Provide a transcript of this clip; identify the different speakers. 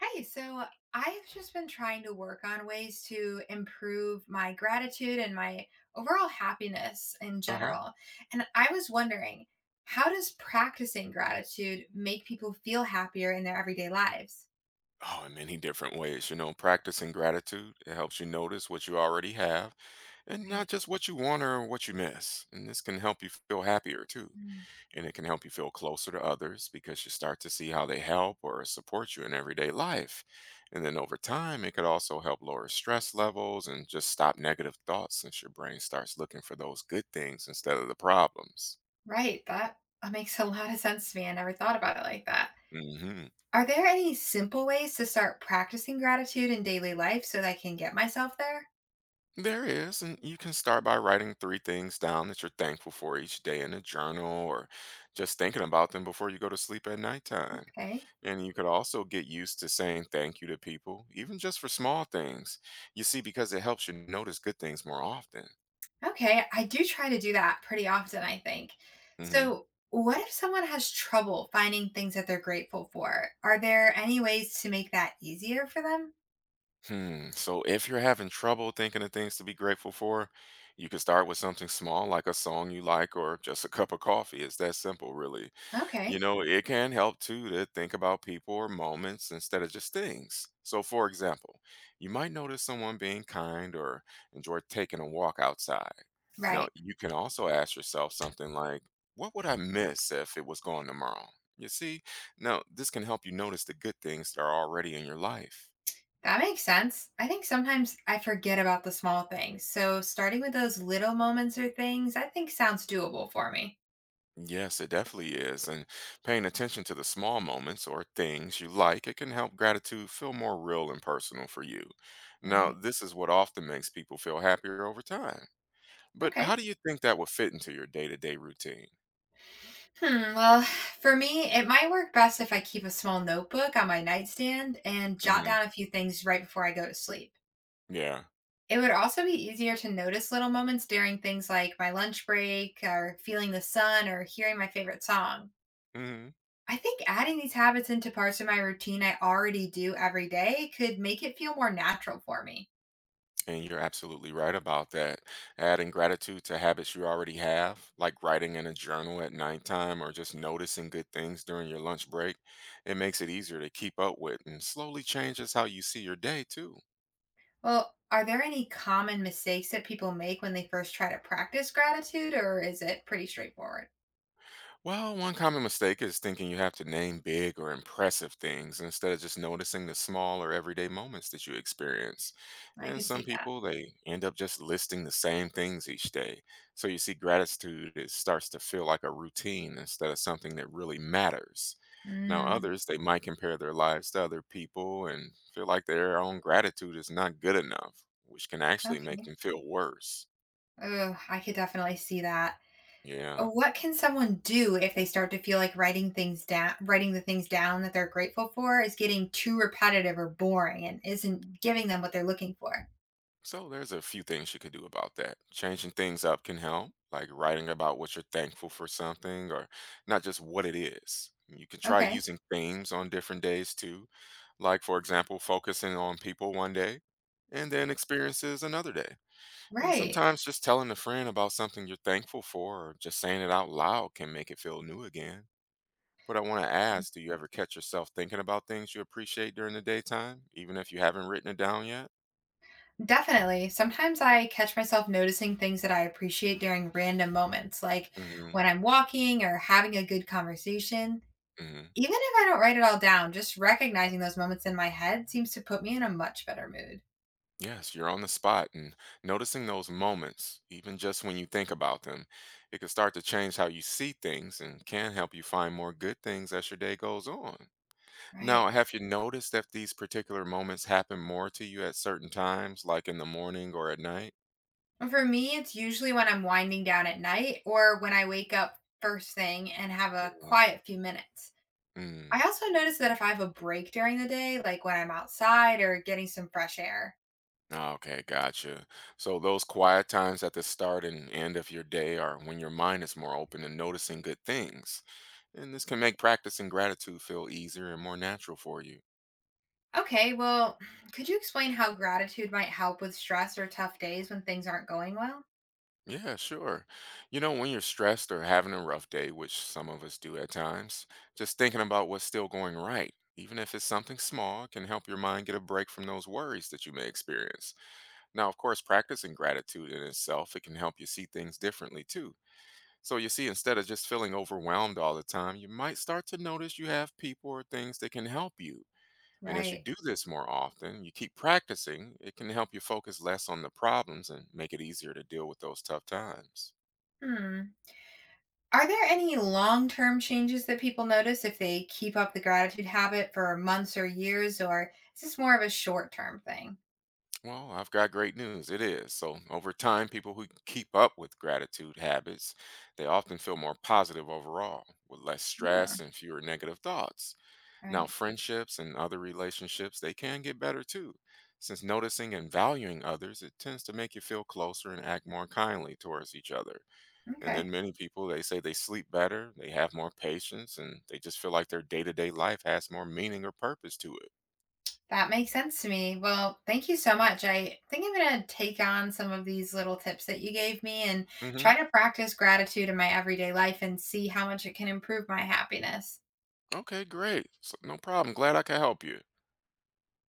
Speaker 1: Hi, so I've just been trying to work on ways to improve my gratitude and my overall happiness in
Speaker 2: Uh-huh.
Speaker 1: general. And I was wondering, how does practicing gratitude make people feel happier in their everyday lives?
Speaker 2: Oh, in many different ways, you know, practicing gratitude, it helps you notice what you already have and
Speaker 1: Right.
Speaker 2: not just what you want or what you miss. And this can help you feel happier too.
Speaker 1: Mm.
Speaker 2: And it can help you feel closer to others because you start to see how they help or support you in everyday life. And then over time, it could also help lower stress levels and just stop negative thoughts since your brain starts looking for those good things instead of the problems.
Speaker 1: Right. That makes a lot of sense to me. I never thought about it like that.
Speaker 2: Hmm
Speaker 1: Are there any simple ways to start practicing gratitude in daily life so that I can get myself there?
Speaker 2: There is, and you can start by writing three things down that you're thankful for each day in a journal or just thinking about them before you go to sleep at nighttime.
Speaker 1: Okay.
Speaker 2: And you could also get used to saying thank you to people, even just for small things. You see, because it helps you notice good things more often.
Speaker 1: Okay, I do try to do that pretty often, I think.
Speaker 2: Hmm
Speaker 1: So, what if someone has trouble finding things that they're grateful for? Are there any ways to make that easier for them?
Speaker 2: Hmm. So if you're having trouble thinking of things to be grateful for, you can start with something small like a song you like or just a cup of coffee. It's that simple, really. You
Speaker 1: Okay,
Speaker 2: know, it can help too to think about people or moments instead of just things. So, for example, you might notice someone being kind or enjoy taking a walk outside. Now,
Speaker 1: right.
Speaker 2: you can also ask yourself something like, what would I miss if it was gone tomorrow? You see, now this can help you notice the good things that are already in your life.
Speaker 1: That makes sense. I think sometimes I forget about the small things. So, starting with those little moments or things, I think sounds doable for me.
Speaker 2: Yes, it definitely is. And paying attention to the small moments or things you like, it can help gratitude feel more real and personal for you. Now,
Speaker 1: Right.
Speaker 2: this is what often makes people feel happier over time. But how
Speaker 1: Okay.
Speaker 2: do you think that would fit into your day to day routine?
Speaker 1: Hmm. Well, for me, it might work best if I keep a small notebook on my nightstand and jot
Speaker 2: Hmm
Speaker 1: down a few things right before I go to sleep.
Speaker 2: Yeah.
Speaker 1: It would also be easier to notice little moments during things like my lunch break or feeling the sun or hearing my favorite song.
Speaker 2: hmm
Speaker 1: I think adding these habits into parts of my routine I already do every day could make it feel more natural for me.
Speaker 2: And you're absolutely right about that. Adding gratitude to habits you already have, like writing in a journal at nighttime or just noticing good things during your lunch break, it makes it easier to keep up with and slowly changes how you see your day, too.
Speaker 1: Well, are there any common mistakes that people make when they first try to practice gratitude, or is it pretty straightforward?
Speaker 2: Well, one common mistake is thinking you have to name big or impressive things instead of just noticing the small or everyday moments that you experience.
Speaker 1: I
Speaker 2: And
Speaker 1: could
Speaker 2: some
Speaker 1: see that.
Speaker 2: people, they end up just listing the same things each day. So you see, gratitude, it starts to feel like a routine instead of something that really matters. Now,
Speaker 1: Mm,
Speaker 2: others, they might compare their lives to other people and feel like their own gratitude is not good enough, which can actually make
Speaker 1: okay.
Speaker 2: them feel worse.
Speaker 1: Oh, I could definitely see that.
Speaker 2: Yeah.
Speaker 1: What can someone do if they start to feel like writing the things down that they're grateful for is getting too repetitive or boring and isn't giving them what they're looking for?
Speaker 2: So there's a few things you could do about that. Changing things up can help, like writing about what you're thankful for something or not just what it is. You can try
Speaker 1: Okay,
Speaker 2: using themes on different days too, like for example, focusing on people one day and then experiences another day. And
Speaker 1: right.
Speaker 2: sometimes just telling a friend about something you're thankful for or just saying it out loud can make it feel new again. But I want to ask, do you ever catch yourself thinking about things you appreciate during the daytime, even if you haven't written it down yet?
Speaker 1: Definitely. Sometimes I catch myself noticing things that I appreciate during random moments, like
Speaker 2: Hmm
Speaker 1: when I'm walking or having a good conversation.
Speaker 2: hmm
Speaker 1: Even if I don't write it all down, just recognizing those moments in my head seems to put me in a much better mood.
Speaker 2: Yes, you're on the spot and noticing those moments, even just when you think about them, it can start to change how you see things and can help you find more good things as your day goes on. Now,
Speaker 1: Right.
Speaker 2: have you noticed that these particular moments happen more to you at certain times, like in the morning or at night?
Speaker 1: For me, it's usually when I'm winding down at night or when I wake up first thing and have a
Speaker 2: Mm,
Speaker 1: quiet few minutes.
Speaker 2: mm.
Speaker 1: I also notice that if I have a break during the day, like when I'm outside or getting some fresh air.
Speaker 2: Okay, gotcha. So those quiet times at the start and end of your day are when your mind is more open to noticing good things. And this can make practicing gratitude feel easier and more natural for you.
Speaker 1: Okay, well, could you explain how gratitude might help with stress or tough days when things aren't going well?
Speaker 2: Yeah, sure. You know, when you're stressed or having a rough day, which some of us do at times, just thinking about what's still going right, even if it's something small, can help your mind get a break from those worries that you may experience. Now, of course, practicing gratitude in itself, it can help you see things differently too. So you see, instead of just feeling overwhelmed all the time, you might start to notice you have people or things that can help you. And as you
Speaker 1: Right.
Speaker 2: do this more often, you keep practicing, it can help you focus less on the problems and make it easier to deal with those tough times.
Speaker 1: Hmm. Are there any long term changes that people notice if they keep up the gratitude habit for months or years, or is this more of a short term thing?
Speaker 2: Well, I've got great news. It is. So, over time, people who keep up with gratitude habits, they often feel more positive overall, with less
Speaker 1: Yeah.
Speaker 2: stress and fewer negative thoughts. Now,
Speaker 1: Right.
Speaker 2: friendships and other relationships, they can get better too. Since noticing and valuing others, it tends to make you feel closer and act more kindly towards each other. And
Speaker 1: Okay.
Speaker 2: then many people, they say they sleep better, they have more patience, and they just feel like their day-to-day life has more meaning or purpose to it.
Speaker 1: That makes sense to me. Well, thank you so much. I think I'm going to take on some of these little tips that you gave me and try
Speaker 2: Mhm.
Speaker 1: to practice gratitude in my everyday life and see how much it can improve my happiness.
Speaker 2: Okay, great. So, no problem. Glad I could help you.